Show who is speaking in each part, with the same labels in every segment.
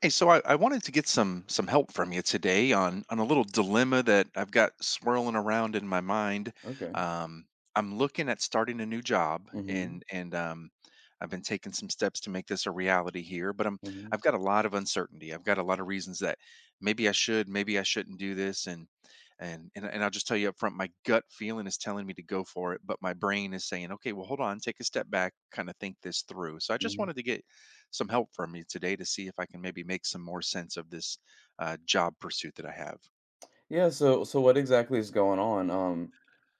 Speaker 1: Hey, so I wanted to get some help from you today on a little dilemma that I've got swirling around in my mind.
Speaker 2: Okay.
Speaker 1: Um, I'm looking at starting a new job,
Speaker 2: Mhm.
Speaker 1: and I've been taking some steps to make this a reality here. But
Speaker 2: Mhm.
Speaker 1: I've got a lot of uncertainty. I've got a lot of reasons that maybe I should, maybe I shouldn't do this, and and I'll just tell you up front, my gut feeling is telling me to go for it, but my brain is saying, okay, well, hold on, take a step back, kind of think this through. So I just
Speaker 2: Mhm.
Speaker 1: wanted to get some help from you today to see if I can maybe make some more sense of this job pursuit that I have.
Speaker 2: Yeah, so what exactly is going on? Um,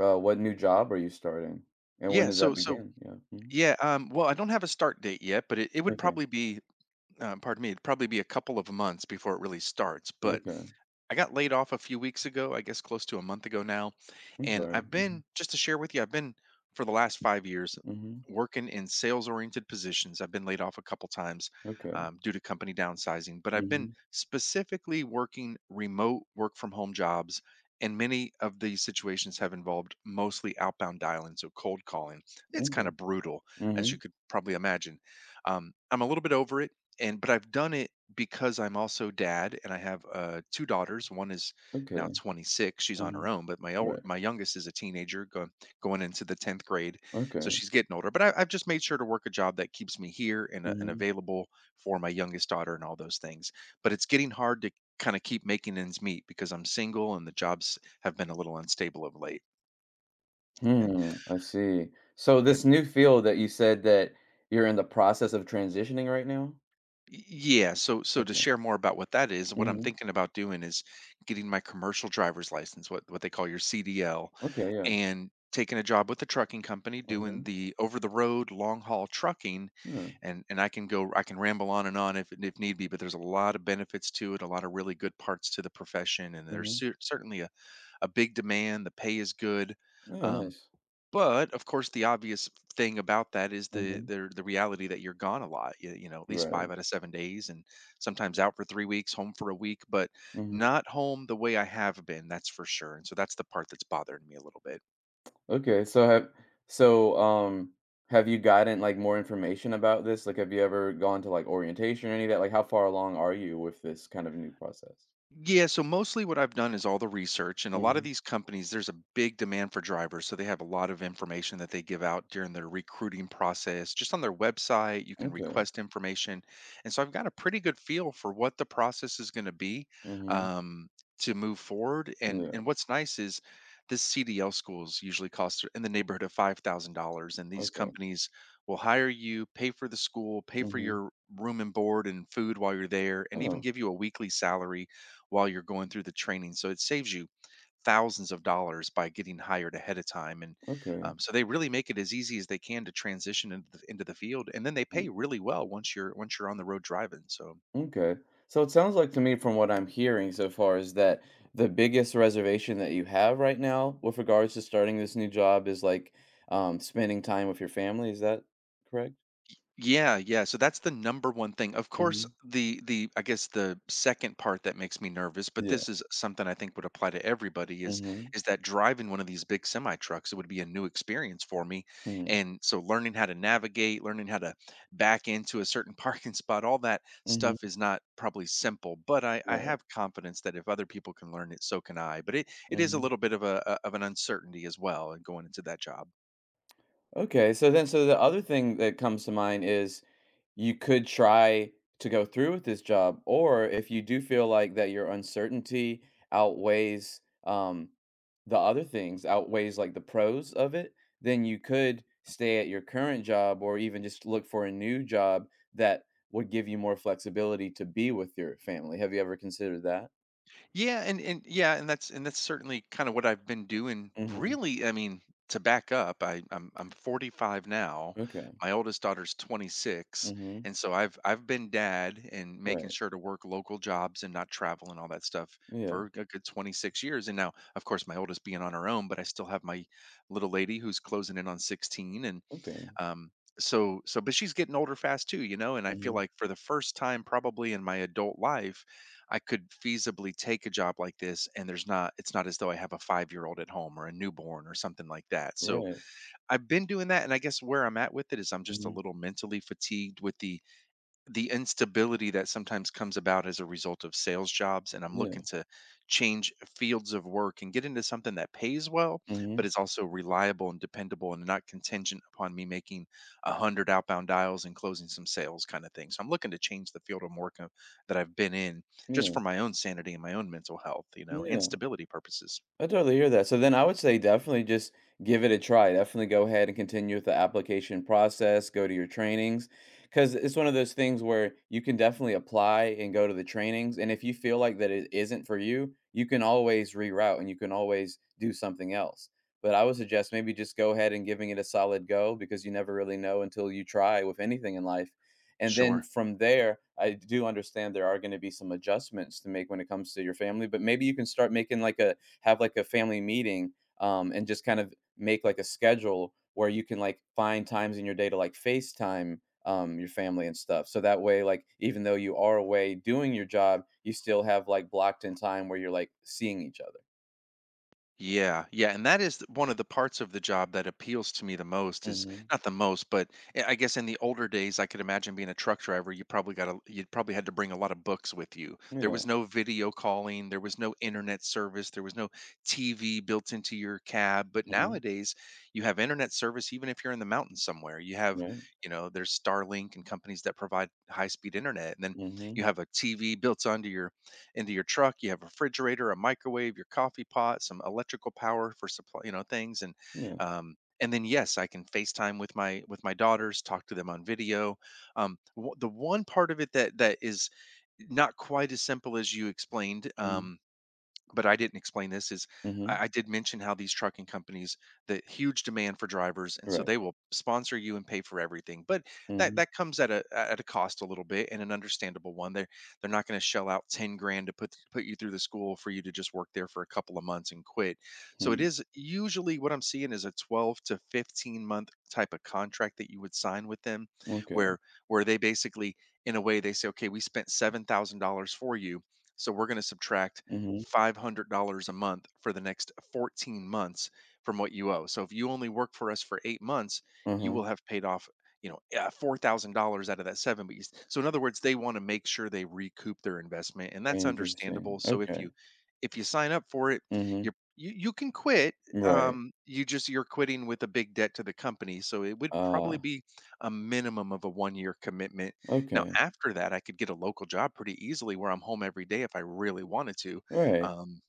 Speaker 2: uh, What new job are you starting? And when
Speaker 1: Yeah.
Speaker 2: did that
Speaker 1: So
Speaker 2: begin? Yeah. Mhm.
Speaker 1: yeah. Well, I don't have a start date yet, but it would
Speaker 2: Okay.
Speaker 1: probably be. Pardon me. It'd probably be a couple of months before it really starts. But
Speaker 2: Okay.
Speaker 1: I got laid off a few weeks ago, I guess close to a month ago now.
Speaker 2: I'm
Speaker 1: And
Speaker 2: sorry.
Speaker 1: I've
Speaker 2: Mhm.
Speaker 1: been, just to share with you, I've been for the last 5 years
Speaker 2: Mhm.
Speaker 1: working in sales oriented positions. I've been laid off a couple times
Speaker 2: Okay.
Speaker 1: due to company downsizing, but I've been
Speaker 2: Mhm.
Speaker 1: specifically working remote work from home jobs. And many of these situations have involved mostly outbound dialing, so cold calling. It's kind
Speaker 2: Okay.
Speaker 1: of brutal, as you
Speaker 2: Mhm.
Speaker 1: could probably imagine. I'm a little bit over it, and but I've done it because I'm also dad and I have two daughters. One is now
Speaker 2: Okay.
Speaker 1: 26; she's on her
Speaker 2: Mhm.
Speaker 1: own. But
Speaker 2: Right.
Speaker 1: my youngest is a teenager, going into the 10th grade, so
Speaker 2: Okay.
Speaker 1: she's getting older. But I've just made sure to work a job that keeps me here and
Speaker 2: Mhm.
Speaker 1: available for my youngest daughter and all those things. But it's getting hard to kind of keep making ends meet because I'm single and the jobs have been a little unstable of late. Okay.
Speaker 2: Hmm. I see. So this new field that you said that you're in the process of transitioning right now?
Speaker 1: Yeah, so to
Speaker 2: Okay.
Speaker 1: share more about what that is, what I'm
Speaker 2: Mhm.
Speaker 1: thinking about doing is getting my commercial driver's license, what they call your CDL,
Speaker 2: Okay, yeah.
Speaker 1: and taking a job with a trucking company doing
Speaker 2: Mhm.
Speaker 1: the over the road long haul trucking
Speaker 2: Yeah.
Speaker 1: and I can ramble on and on if need be, but there's a lot of benefits to it, a lot of really good parts to the profession, and there's
Speaker 2: Mhm.
Speaker 1: certainly a big demand. The pay is good.
Speaker 2: Oh,
Speaker 1: Um,
Speaker 2: nice.
Speaker 1: but of course, the obvious thing about that is the
Speaker 2: Mhm.
Speaker 1: the the reality that you're gone a lot. You know, at least
Speaker 2: Right.
Speaker 1: five out of 7 days, and sometimes out for 3 weeks, home for a week, but
Speaker 2: Mhm.
Speaker 1: not home the way I have been. That's for sure. And so that's the part that's bothering me a little bit.
Speaker 2: Okay, so so um have you gotten like more information about this? Like have you ever gone to like orientation or any of that? Like how far along are you with this kind of new process?
Speaker 1: Yeah, so mostly what I've done is all the research, and a lot of
Speaker 2: Hmm.
Speaker 1: these companies, there's a big demand for drivers. So they have a lot of information that they give out during their recruiting process. Just on their website, you can
Speaker 2: Okay.
Speaker 1: request information. And so I've got a pretty good feel for what the process is going to be
Speaker 2: Hmm.
Speaker 1: um, to move forward.
Speaker 2: Yeah.
Speaker 1: And what's nice is this CDL schools usually cost in the neighborhood of $5,000, and these
Speaker 2: Okay.
Speaker 1: companies will hire you, pay for the school, pay for
Speaker 2: Hmm.
Speaker 1: your room and board and food while you're there, and even
Speaker 2: Oh,
Speaker 1: give you a weekly salary while you're going through the training. So it saves you thousands of dollars by getting hired ahead of time. And
Speaker 2: okay.
Speaker 1: so they really make it as easy as they can to transition into into the field. And then they
Speaker 2: uh,
Speaker 1: pay really well once you're on the road driving. So
Speaker 2: Okay. So it sounds like to me from what I'm hearing so far is that the biggest reservation that you have right now with regards to starting this new job is like spending time with your family. Is that correct?
Speaker 1: yeah, yeah. So that's the number one thing. Of course,
Speaker 2: Hmm.
Speaker 1: the I guess the second part that makes me nervous, but
Speaker 2: Yeah.
Speaker 1: this is something I think would apply to everybody
Speaker 2: Hmm.
Speaker 1: is that driving one of these big semi trucks, it would be a new experience for me.
Speaker 2: Hmm.
Speaker 1: And so learning how to navigate, learning how to back into a certain parking spot, all that stuff
Speaker 2: Hmm.
Speaker 1: is not probably simple, but I
Speaker 2: Right.
Speaker 1: have confidence that if other people can learn it, so can I. But it is a
Speaker 2: Mhm.
Speaker 1: little bit of an uncertainty as well in going into that job.
Speaker 2: Okay, so the other thing that comes to mind is you could try to go through with this job, or if you do feel like that your uncertainty outweighs the other things, outweighs like the pros of it, then you could stay at your current job or even just look for a new job that would give you more flexibility to be with your family. Have you ever considered that?
Speaker 1: Yeah, and that's certainly kind of what I've been doing.
Speaker 2: Mm-hmm.
Speaker 1: Really, I mean, to back up, I'm 45 now.
Speaker 2: Okay.
Speaker 1: My oldest daughter's 26,
Speaker 2: Mm-hmm.
Speaker 1: and so I've been dad and making
Speaker 2: Right.
Speaker 1: sure to work local jobs and not travel and all that stuff
Speaker 2: Yeah.
Speaker 1: for a good 26 years. And now, of course, my oldest being on her own, but I still have my little lady who's closing in on 16.
Speaker 2: Okay.
Speaker 1: Um, so so but she's getting older fast too, you know, and I feel
Speaker 2: Mm-hmm.
Speaker 1: like for the first time probably in my adult life, I could feasibly take a job like this and there's not it's not as though I have a 5-year-old at home or a newborn or something like that. So
Speaker 2: Right.
Speaker 1: I've been doing that and I guess where I'm at with it is I'm just a
Speaker 2: Mm-hmm.
Speaker 1: little mentally fatigued with the instability that sometimes comes about as a result of sales jobs and I'm looking
Speaker 2: Yeah.
Speaker 1: to change fields of work and get into something that pays well
Speaker 2: Mm-hmm.
Speaker 1: but is also reliable and dependable and not contingent upon me making 100 outbound dials and closing some sales kind of thing, so I'm looking to change the field of work that I've been in just
Speaker 2: Yeah,
Speaker 1: for my own sanity and my own mental health, you know, and
Speaker 2: yeah,
Speaker 1: stability purposes.
Speaker 2: I totally hear that. So then I would say definitely just give it a try. Definitely go ahead and continue with the application process, go to your trainings because it's one of those things where you can definitely apply and go to the trainings and if you feel like that it isn't for you, you can always reroute and you can always do something else. But I would suggest maybe just go ahead and giving it a solid go because you never really know until you try with anything in life. And then
Speaker 1: Sure.
Speaker 2: from there, I do understand there are going to be some adjustments to make when it comes to your family, but maybe you can start making like a have like a family meeting, and just kind of make like a schedule where you can like find times in your day to like FaceTime your family and stuff. So that way, like even though you are away doing your job, you still have like blocked in time where you're like seeing each other.
Speaker 1: Yeah, yeah, and that is one of the parts of the job that appeals to me the most, is
Speaker 2: Hmm.
Speaker 1: not the most, but I guess in the older days, I could imagine being a truck driver, you probably you probably had to bring a lot of books with you. There
Speaker 2: Yeah.
Speaker 1: was no video calling, there was no internet service, there was no TV built into your cab. But
Speaker 2: Hmm.
Speaker 1: nowadays, you have internet service even if you're in the mountains somewhere. You have,
Speaker 2: Right.
Speaker 1: you know, there's Starlink and companies that provide high-speed internet, and then you
Speaker 2: Hmm.
Speaker 1: have a TV built onto your into your truck. You have a refrigerator, a microwave, your coffee pot, some electrical power for supply, you know, things.
Speaker 2: Yeah.
Speaker 1: And then yes, I can FaceTime with my daughters, talk to them on video. The one part of it that is not quite as simple as you explained.
Speaker 2: Hmm.
Speaker 1: But I didn't explain this is
Speaker 2: Hmm.
Speaker 1: I did mention how these trucking companies the huge demand for drivers, and so
Speaker 2: Right.
Speaker 1: they will sponsor you and pay for everything. But that
Speaker 2: Hmm.
Speaker 1: that comes at a cost a little bit and an understandable one. They're not going to shell out 10 grand to put you through the school for you to just work there for a couple of months and quit. So it
Speaker 2: Hmm.
Speaker 1: is usually what I'm seeing is a 12 to 15 month type of contract that you would sign with them,
Speaker 2: Okay.
Speaker 1: where where they basically in a way they say, okay, we spent $7,000 for you. So we're going to subtract
Speaker 2: Hmm.
Speaker 1: $500 a month for the next 14 months from what you owe. So if you only work for us for 8 months, you
Speaker 2: Uh-huh.
Speaker 1: will have paid off, you know, $4,000 out of that seven. But so in other words, they want to make sure they recoup their investment, and that's
Speaker 2: Interesting.
Speaker 1: understandable. So
Speaker 2: Okay.
Speaker 1: if you sign up for it,
Speaker 2: Hmm.
Speaker 1: you can quit.
Speaker 2: Right.
Speaker 1: You just you're quitting with a big debt to the company, so it would probably
Speaker 2: Ah.
Speaker 1: be a minimum of a 1 year commitment. Now
Speaker 2: Okay.
Speaker 1: after that, I could get a local job pretty easily where I'm home every day if I really wanted to.
Speaker 2: Right.
Speaker 1: um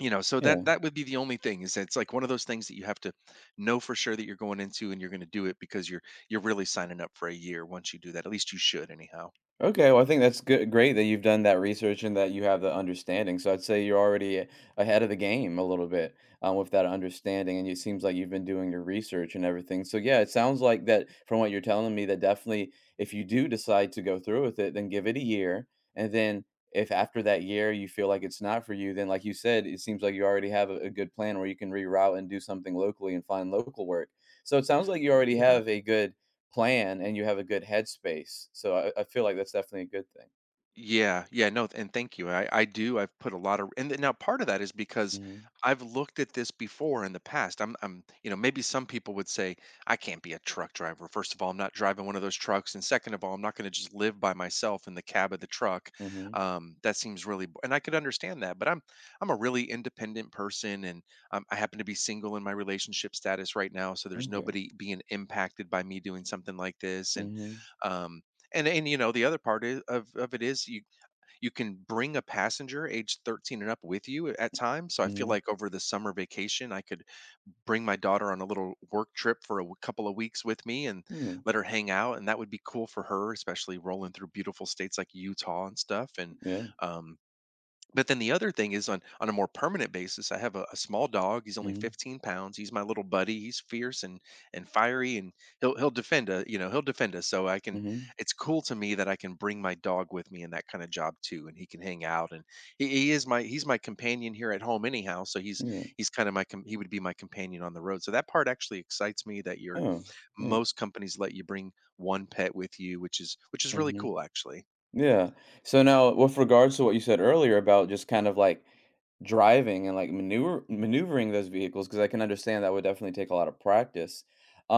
Speaker 1: you know, so that
Speaker 2: Yeah.
Speaker 1: that would be the only thing, is that it's like one of those things that you have to know for sure that you're going into and you're going to do it because you're really signing up for a year once you do that, at least you should anyhow.
Speaker 2: Okay, well, I think that's good, great that you've done that research and that you have the understanding. So I'd say you're already ahead of the game a little bit with that understanding, and it seems like you've been doing your research and everything. So yeah, it sounds like that from what you're telling me that definitely, if you do decide to go through with it, then give it a year, and then if after that year you feel like it's not for you, then like you said, it seems like you already have a good plan where you can reroute and do something locally and find local work. So it sounds like you already
Speaker 1: Yeah.
Speaker 2: have a good plan and you have a good headspace. So I feel like that's definitely a good thing.
Speaker 1: Yeah, yeah, no, and thank you. I do. I've put a lot of, and now part of that is because
Speaker 2: Mhm.
Speaker 1: I've looked at this before in the past. I'm, you know, maybe some people would say I can't be a truck driver. First of all, I'm not driving one of those trucks, and second of all, I'm not going to just live by myself in the cab of the truck.
Speaker 2: Mhm.
Speaker 1: That seems really, and I could understand that. I'm a really independent person, and I happen to be single in my relationship status right now, so there's
Speaker 2: Okay.
Speaker 1: nobody being impacted by me doing something like this. and
Speaker 2: Mhm.
Speaker 1: um, and and you know, the other part is, of it is you you can bring a passenger age 13 and up with you at times, so I feel
Speaker 2: Mhm.
Speaker 1: like over the summer vacation I could bring my daughter on a little work trip for a couple of weeks with me and let her hang out, and that would be cool for her, especially rolling through beautiful states like Utah and stuff. And
Speaker 2: Yeah.
Speaker 1: um, but then the other thing is, on a more permanent basis, I have a small dog. He's only
Speaker 2: Mm-hmm.
Speaker 1: 15 pounds. He's my little buddy. He's fierce and fiery, and he'll defend us, you know, he'll defend us, so I
Speaker 2: Mm-hmm.
Speaker 1: can —
Speaker 2: Yeah. Mhm. Mhm.
Speaker 1: it's cool to me that I can bring my dog with me in that kind of job too, and he can hang out. And he's my companion here at home anyhow, so he's
Speaker 2: Yeah.
Speaker 1: he would be my companion on the road. So that part actually excites me, that your
Speaker 2: Oh, yeah.
Speaker 1: most companies let you bring one pet with you, which is really
Speaker 2: Mhm.
Speaker 1: cool actually.
Speaker 2: Yeah. So now with regards to what you said earlier about just kind of like driving and like maneuvering those vehicles because I can understand that would definitely take a lot of practice.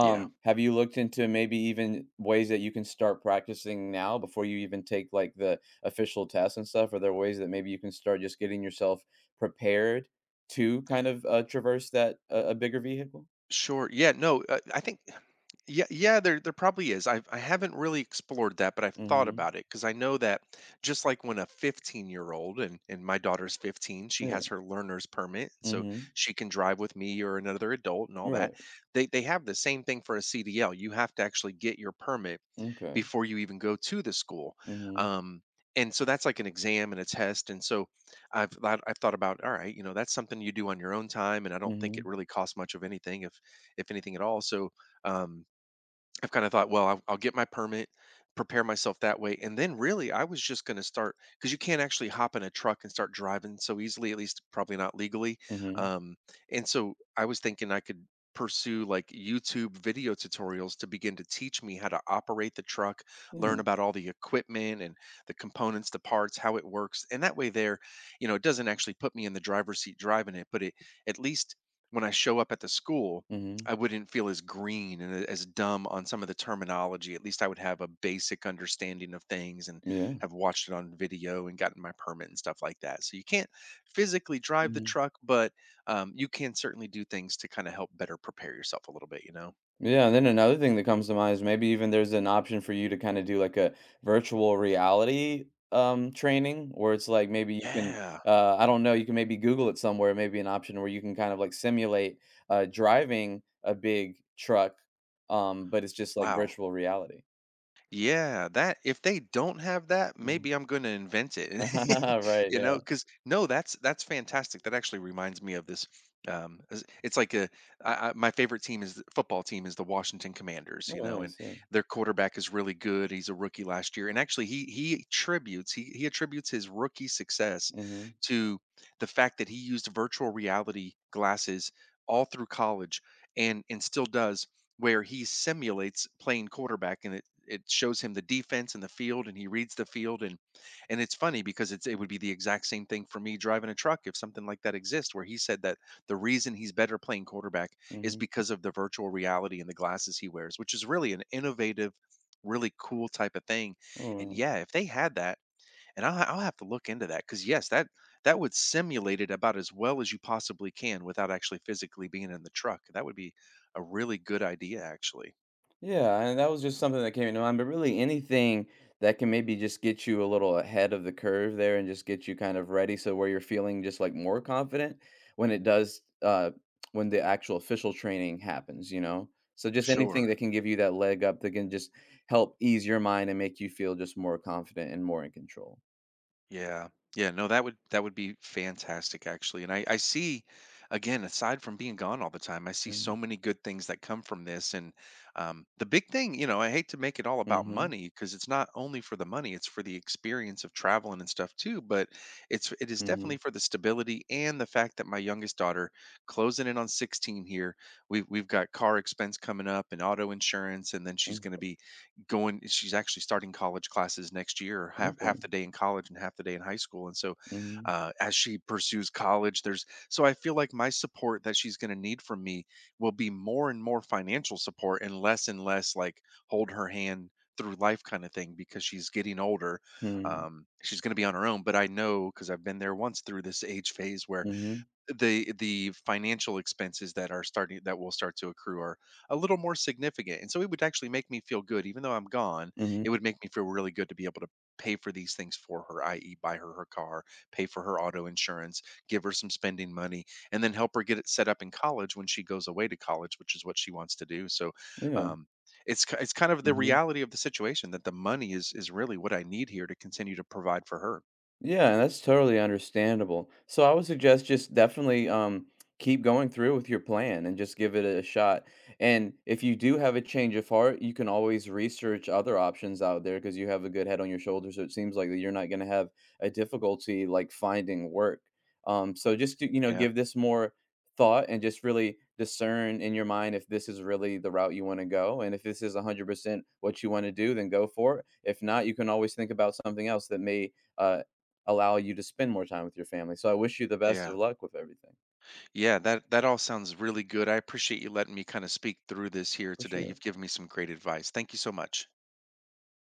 Speaker 1: Yeah.
Speaker 2: Have you looked into maybe even ways that you can start practicing now before you even take like the official tests and stuff? Are there ways that maybe you can start just getting yourself prepared to kind of traverse that a bigger vehicle?
Speaker 1: Sure. Yeah. No. I think. Yeah. Yeah. There. There probably is. I. I haven't really explored that, but I've thought
Speaker 2: Hmm.
Speaker 1: about it, because I know that, just like when a 15-year old — and my daughter's 15, she
Speaker 2: Yeah.
Speaker 1: has her learner's permit, so
Speaker 2: Hmm.
Speaker 1: she can drive with me or another adult and all that.
Speaker 2: Right.
Speaker 1: They have the same thing for a CDL. You have to actually get your permit
Speaker 2: Okay.
Speaker 1: before you even go to the school.
Speaker 2: Hmm.
Speaker 1: Um, and so that's like an exam and a test. And so I've thought about, all right, you know, that's something you do on your own time. And I don't think
Speaker 2: Hmm.
Speaker 1: it really costs much of anything, if anything at all. So um, I've kind of thought, well, I'll get my permit, prepare myself that way, and then really I was just going to start, because you can't actually hop in a truck and start driving so easily, at least probably not legally.
Speaker 2: Hmm.
Speaker 1: Um, and so I was thinking I could pursue like YouTube video tutorials to begin to teach me how to operate the truck, learn
Speaker 2: Yeah.
Speaker 1: about all the equipment and the components, the parts, how it works. And that way there, you know, it doesn't actually put me in the driver's seat driving it, but it at least, when I show up at the school,
Speaker 2: Hmm.
Speaker 1: I wouldn't feel as green and as dumb on some of the terminology. At least I would have a basic understanding of things, and
Speaker 2: Yeah.
Speaker 1: have watched it on video and gotten my permit and stuff like that. So you can't physically drive the
Speaker 2: Mm-hmm.
Speaker 1: truck, but you can certainly do things to kind of help better prepare yourself a little bit, you know?
Speaker 2: Yeah, and then another thing that comes to mind is maybe even there's an option for you to kind of do like a virtual reality training where it's like maybe you can,
Speaker 1: Yeah.
Speaker 2: I don't know, you can maybe Google it somewhere, maybe an option where you can kind of like simulate driving a big truck, but it's just like
Speaker 1: Wow.
Speaker 2: virtual reality.
Speaker 1: Yeah, that — if they don't have that,
Speaker 2: Mhm.
Speaker 1: maybe I'm going to invent it.
Speaker 2: Right,
Speaker 1: You know,
Speaker 2: yeah.
Speaker 1: because no, that's fantastic. That actually reminds me of this. It's like a — my favorite team is — the football team is the Washington Commanders. You
Speaker 2: Oh,
Speaker 1: know. And
Speaker 2: nice, yeah.
Speaker 1: their quarterback is really good. He's a rookie last year, and actually he attributes his rookie success
Speaker 2: Mhm.
Speaker 1: to the fact that he used virtual reality glasses all through college, and still does, where he simulates playing quarterback, and it shows him the defense and the field, and he reads the field. And it's funny, because it would be the exact same thing for me driving a truck, if something like that exists. Where he said that the reason he's better playing quarterback is
Speaker 2: Mhm.
Speaker 1: because of the virtual reality and the glasses he wears, which is really an innovative, really cool type of thing.
Speaker 2: Oh,
Speaker 1: And
Speaker 2: wow.
Speaker 1: yeah, if they had that, I'll have to look into that, because yes, that that would simulate it about as well as you possibly can without actually physically being in the truck. That would be a really good idea, actually.
Speaker 2: Yeah, and that was just something that came into mind. But really, anything that can maybe just get you a little ahead of the curve there and just get you kind of ready, so where you're feeling just like more confident when it does, when the actual official training happens, you know. So just anything
Speaker 1: Sure.
Speaker 2: that can give you that leg up that can just help ease your mind and make you feel just more confident and more in control.
Speaker 1: Yeah. Yeah, no, that would be fantastic actually. And I see, again, aside from being gone all the time, I see
Speaker 2: Mm-hmm.
Speaker 1: so many good things that come from this. And the big thing, you know, I hate to make it all about
Speaker 2: Mm-hmm.
Speaker 1: money, because it's not only for the money, it's for the experience of traveling and stuff too, but it is
Speaker 2: Mm-hmm.
Speaker 1: definitely for the stability, and the fact that my youngest daughter, closing in on 16 here, we have — we've got car expense coming up, and auto insurance. And then she's
Speaker 2: Mm-hmm.
Speaker 1: going to be going — she's actually starting college classes next year, half
Speaker 2: Okay.
Speaker 1: the day in college and half the day in high school. And so
Speaker 2: Mm-hmm.
Speaker 1: as she pursues college, there's — so I feel like my support, that she's going to need from me, will be more and more financial support and less like hold her hand through life kind of thing, because she's getting older.
Speaker 2: Hmm.
Speaker 1: She's going to be on her own, but I know, because I've been there once through this age phase, where
Speaker 2: Mm-hmm.
Speaker 1: the financial expenses that are starting, that will start to accrue, are a little more significant. And so it would actually make me feel good, even though I'm gone, it
Speaker 2: Mm-hmm.
Speaker 1: would make me feel really good to be able to pay for these things for her, i.e. buy her her car, pay for her auto insurance, give her some spending money, and then help her get it set up in college when she goes away to college, which is what she wants to do. So
Speaker 2: Yeah.
Speaker 1: um it's kind of the
Speaker 2: Mm-hmm.
Speaker 1: reality of the situation, that the money is really what I need here to continue to provide for her.
Speaker 2: Yeah, and that's totally understandable. So I would suggest just definitely keep going through with your plan and just give it a shot. And if you do have a change of heart, you can always research other options out there because you have a good head on your shoulders. So it seems like that you're not going to have a difficulty like finding work. So just to, you know,
Speaker 1: Yeah.
Speaker 2: give this more thought and just really discern in your mind if this is really the route you want to go, and if this is 100% what you want to do, then go for it. If not, you can always think about something else that may uh, allow you to spend more time with your family, so I wish you the best
Speaker 1: Yeah.
Speaker 2: of luck with everything,
Speaker 1: Yeah, that all sounds really good. I appreciate you letting me kind of speak through this here
Speaker 2: for
Speaker 1: today.
Speaker 2: sure.
Speaker 1: You've given me some great advice. Thank you so much.